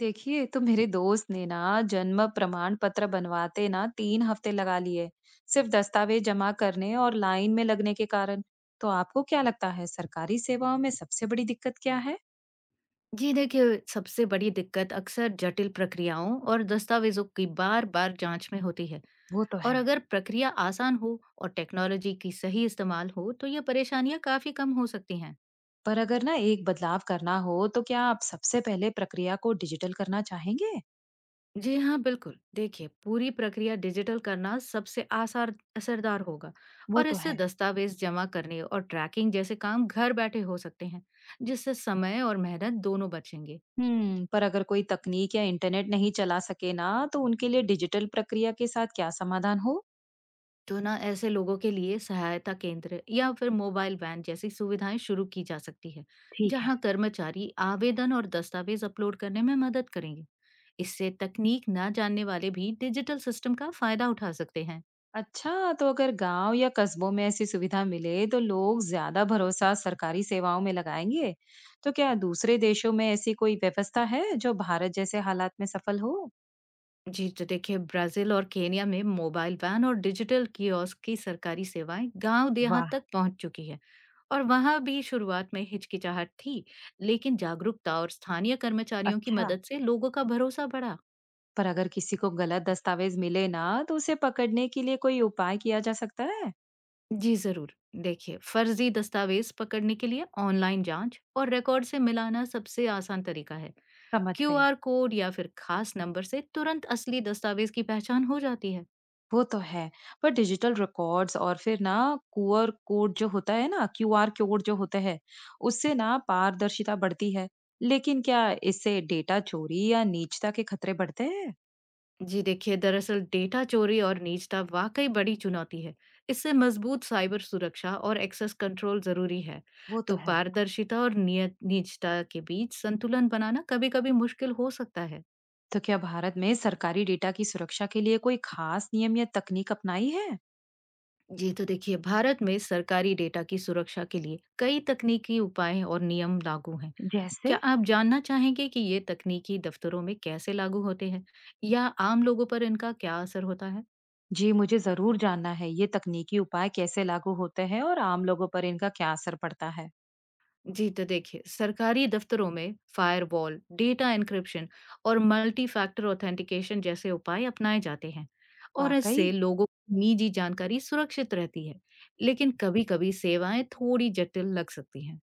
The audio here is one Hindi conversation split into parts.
देखिए, तो मेरे दोस्त ने ना जन्म प्रमाण पत्र बनवाते ना 3 हफ्ते लगा लिए, सिर्फ दस्तावेज जमा करने और लाइन में लगने के कारण। तो आपको क्या लगता है, सरकारी सेवाओं में सबसे बड़ी दिक्कत क्या है? जी देखिए, सबसे बड़ी दिक्कत अक्सर जटिल प्रक्रियाओं और दस्तावेजों की बार-बार जांच में होती है। वो तो और है। अगर प्रक्रिया आसान हो और टेक्नोलॉजी की सही इस्तेमाल हो तो ये परेशानियां काफी कम हो सकती हैं। पर अगर ना एक बदलाव करना हो, तो क्या आप सबसे पहले प्रक्रिया को डिजिटल करना चाहेंगे? जी हाँ, बिल्कुल। देखिए, पूरी प्रक्रिया डिजिटल करना सबसे आसार असरदार होगा। वो और तो इससे है। दस्तावेज जमा करने और ट्रैकिंग जैसे काम घर बैठे हो सकते हैं, जिससे समय और मेहनत दोनों बचेंगे। पर अगर कोई तकनीक या इंटरनेट नहीं चला सके ना, तो उनके लिए डिजिटल प्रक्रिया के साथ क्या समाधान हो? तो ना ऐसे लोगों के लिए सहायता केंद्र या फिर मोबाइल वैन जैसी सुविधाएं शुरू की जा सकती है। ठीक है। जहां कर्मचारी आवेदन और दस्तावेज अपलोड करने में मदद करेंगे। इससे तकनीक ना जानने वाले भी डिजिटल सिस्टम का फायदा उठा सकते हैं। अच्छा, तो अगर गांव या कस्बों में ऐसी सुविधा मिले, तो लोग ज्यादा भरोसा सरकारी सेवाओं में लगाएंगे। तो क्या दूसरे देशों में ऐसी कोई व्यवस्था है जो भारत जैसे हालात में सफल हो? जी तो देखिए, ब्राजील और केनिया में मोबाइल वैन और डिजिटल कियोस्क की सरकारी सेवाएं गांव वाह। देहात तक पहुंच चुकी है। और वहां भी शुरुआत में हिचकिचाहट थी, लेकिन जागरूकता और स्थानीय कर्मचारियों की अच्छा। मदद से लोगों का भरोसा बढ़ा। पर अगर किसी को गलत दस्तावेज मिले ना, तो उसे पकड़ने के लिए कोई उपाय किया जा सकता है? जी जरूर। देखिए, फर्जी दस्तावेज पकड़ने के लिए ऑनलाइन जांच और रिकॉर्ड से मिलाना सबसे आसान तरीका है। समझ गई। क्यूआर कोड या फिर खास नंबर से तुरंत असली दस्तावेज की पहचान हो जाती है। वो तो है। पर डिजिटल रिकॉर्ड्स और फिर ना, क्यूआर कोड जो होते हैं, उससे ना पारदर्शिता बढ़ती है। लेकिन क्या इससे डेटा चोरी या निजता के खतरे बढ़ते हैं? जी देखिए, दरअसल डेटा चोरी और निजता वाकई बड़ी चुनौती है। इससे मजबूत साइबर सुरक्षा और एक्सेस कंट्रोल जरूरी है। वो तो तो है। पारदर्शिता और नियत निजता के बीच संतुलन बनाना कभी-कभी मुश्किल हो सकता है। तो क्या भारत में सरकारी डेटा की सुरक्षा के लिए कोई खास नियम या तकनीक अपनाई है? जी तो देखिए, भारत में सरकारी डेटा की सुरक्षा के लिए कई तकनीकी उपाय और नियम लागू हैं। जैसे? क्या आप जानना चाहेंगे कि ये तकनीकी दफ्तरों में कैसे लागू होते हैं या आम लोगों पर इनका क्या असर होता है? जी, मुझे ज़रूर जानना है, ये तकनीकी उपाय कैसे लागू होते हैं और आम लोगों पर इनका क्या असर पड़ता है? जी तो देखिए, सरकारी दफ्तरों में फायरवॉल, डेटा एन्क्रिप्शन और मल्टी फैक्टर ऑथेंटिकेशन जैसे उपाय अपनाए जाते हैं। और वाक़ई? इससे लोगों की निजी जानकारी सुरक्षित रहती है, लेकिन कभी-कभी सेवाएं थोड़ी जटिल लग सकती हैं।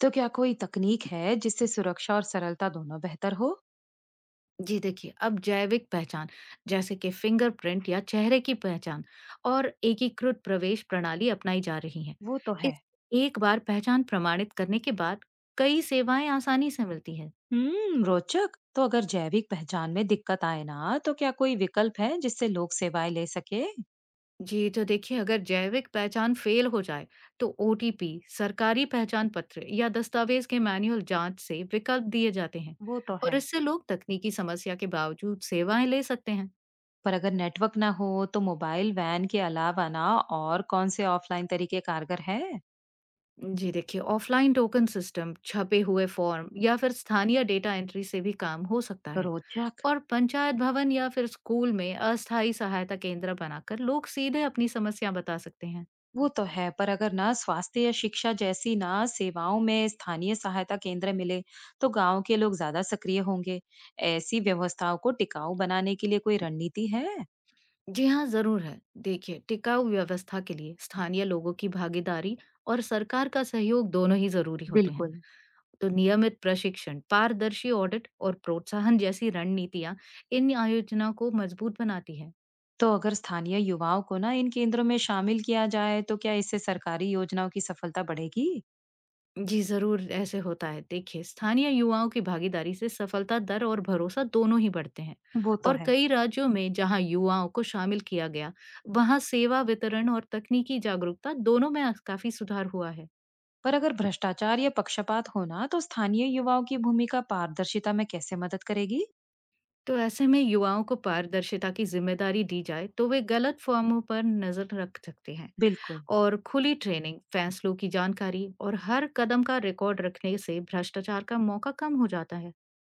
तो क्या कोई तकनीक है जिससे सुरक्षा और सरलता दोनों बेहतर हो? जी देखिए, अब जैविक पहचान जैसे कि फिंगरप्रिंट या चेहरे की पहचान और एकीकृत प्रवेश प्रणाली अपनाई जा रही है। वो तो है। इस एक बार पहचान प्रमाणित करने के बाद कई सेवाएं आसानी से मिलती हैं। रोचक। तो अगर जैविक पहचान में दिक्कत आए ना, तो क्या कोई विकल्प है जिससे लोग सेवाएं ले सके? जी तो देखिए, अगर जैविक पहचान फेल हो जाए तो ओटीपी, सरकारी पहचान पत्र या दस्तावेज के मैनुअल जांच से विकल्प दिए जाते हैं। वो तो और है। इससे लोग तकनीकी समस्या के बावजूद सेवाएं ले सकते हैं। पर अगर नेटवर्क ना हो, तो मोबाइल वैन के अलावा ना और कौन से ऑफलाइन तरीके कारगर हैं? जी देखिए, ऑफलाइन टोकन सिस्टम, छपे हुए फॉर्म या फिर स्थानीय डेटा एंट्री से भी काम हो सकता है। रोचक। और पंचायत भवन या फिर स्कूल में अस्थायी सहायता केंद्र बनाकर लोग सीधे अपनी समस्या बता सकते हैं। वो तो है। पर अगर ना स्वास्थ्य या शिक्षा जैसी ना सेवाओं में स्थानीय सहायता केंद्र मिले, तो गांव के लोग ज्यादा सक्रिय होंगे। ऐसी व्यवस्थाओं को टिकाऊ बनाने के लिए कोई रणनीति है? जी हाँ, जरूर है। देखिए, टिकाऊ व्यवस्था के लिए स्थानीय लोगों की भागीदारी और सरकार का सहयोग दोनों ही जरूरी होते हैं। बिल्कुल। तो नियमित प्रशिक्षण, पारदर्शी ऑडिट और प्रोत्साहन जैसी रणनीतियां इन आयोजनों को मजबूत बनाती है। तो अगर स्थानीय युवाओं को ना इन केंद्रों में शामिल किया जाए, तो क्या इससे सरकारी योजनाओं की सफलता बढ़ेगी? जी, ज़रूर ऐसे होता है। देखिए, स्थानीय युवाओं की भागीदारी से सफलता दर और भरोसा दोनों ही बढ़ते हैं। वो तो और है। कई राज्यों में जहां युवाओं को शामिल किया गया, वहां सेवा वितरण और तकनीकी जागरूकता दोनों में आज काफ़ी सुधार हुआ है। पर अगर भ्रष्टाचार या पक्षपात हो ना, तो स्थानीय युवाओं की भूमिका पारदर्शिता में कैसे मदद करेगी? तो ऐसे में युवाओं को पारदर्शिता की जिम्मेदारी दी जाए, तो वे गलत फर्मों पर नज़र रख सकते हैं। बिल्कुल। और खुली ट्रेनिंग, फैसलों की जानकारी और हर कदम का रिकॉर्ड रखने से भ्रष्टाचार का मौका कम हो जाता है।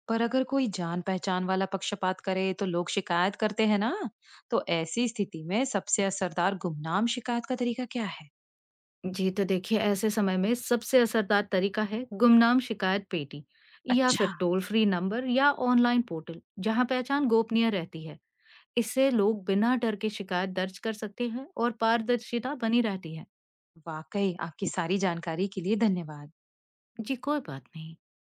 पर अगर कोई जान पहचान वाला पक्षपात करे, तो लोग शिकायत करते हैं ना, तो ऐसी स्थिति में सबसे असरदार गुमनाम शिकायत का तरीका क्या है? जी, तो देखिए ऐसे समय में सबसे असरदार तरीका है गुमनाम शिकायत पेटी या अच्छा। फिर टोल फ्री नंबर या ऑनलाइन पोर्टल जहां पहचान गोपनीय रहती है। इससे लोग बिना डर के शिकायत दर्ज कर सकते हैं और पारदर्शिता बनी रहती है। वाकई आपकी सारी जानकारी के लिए धन्यवाद। जी कोई बात नहीं।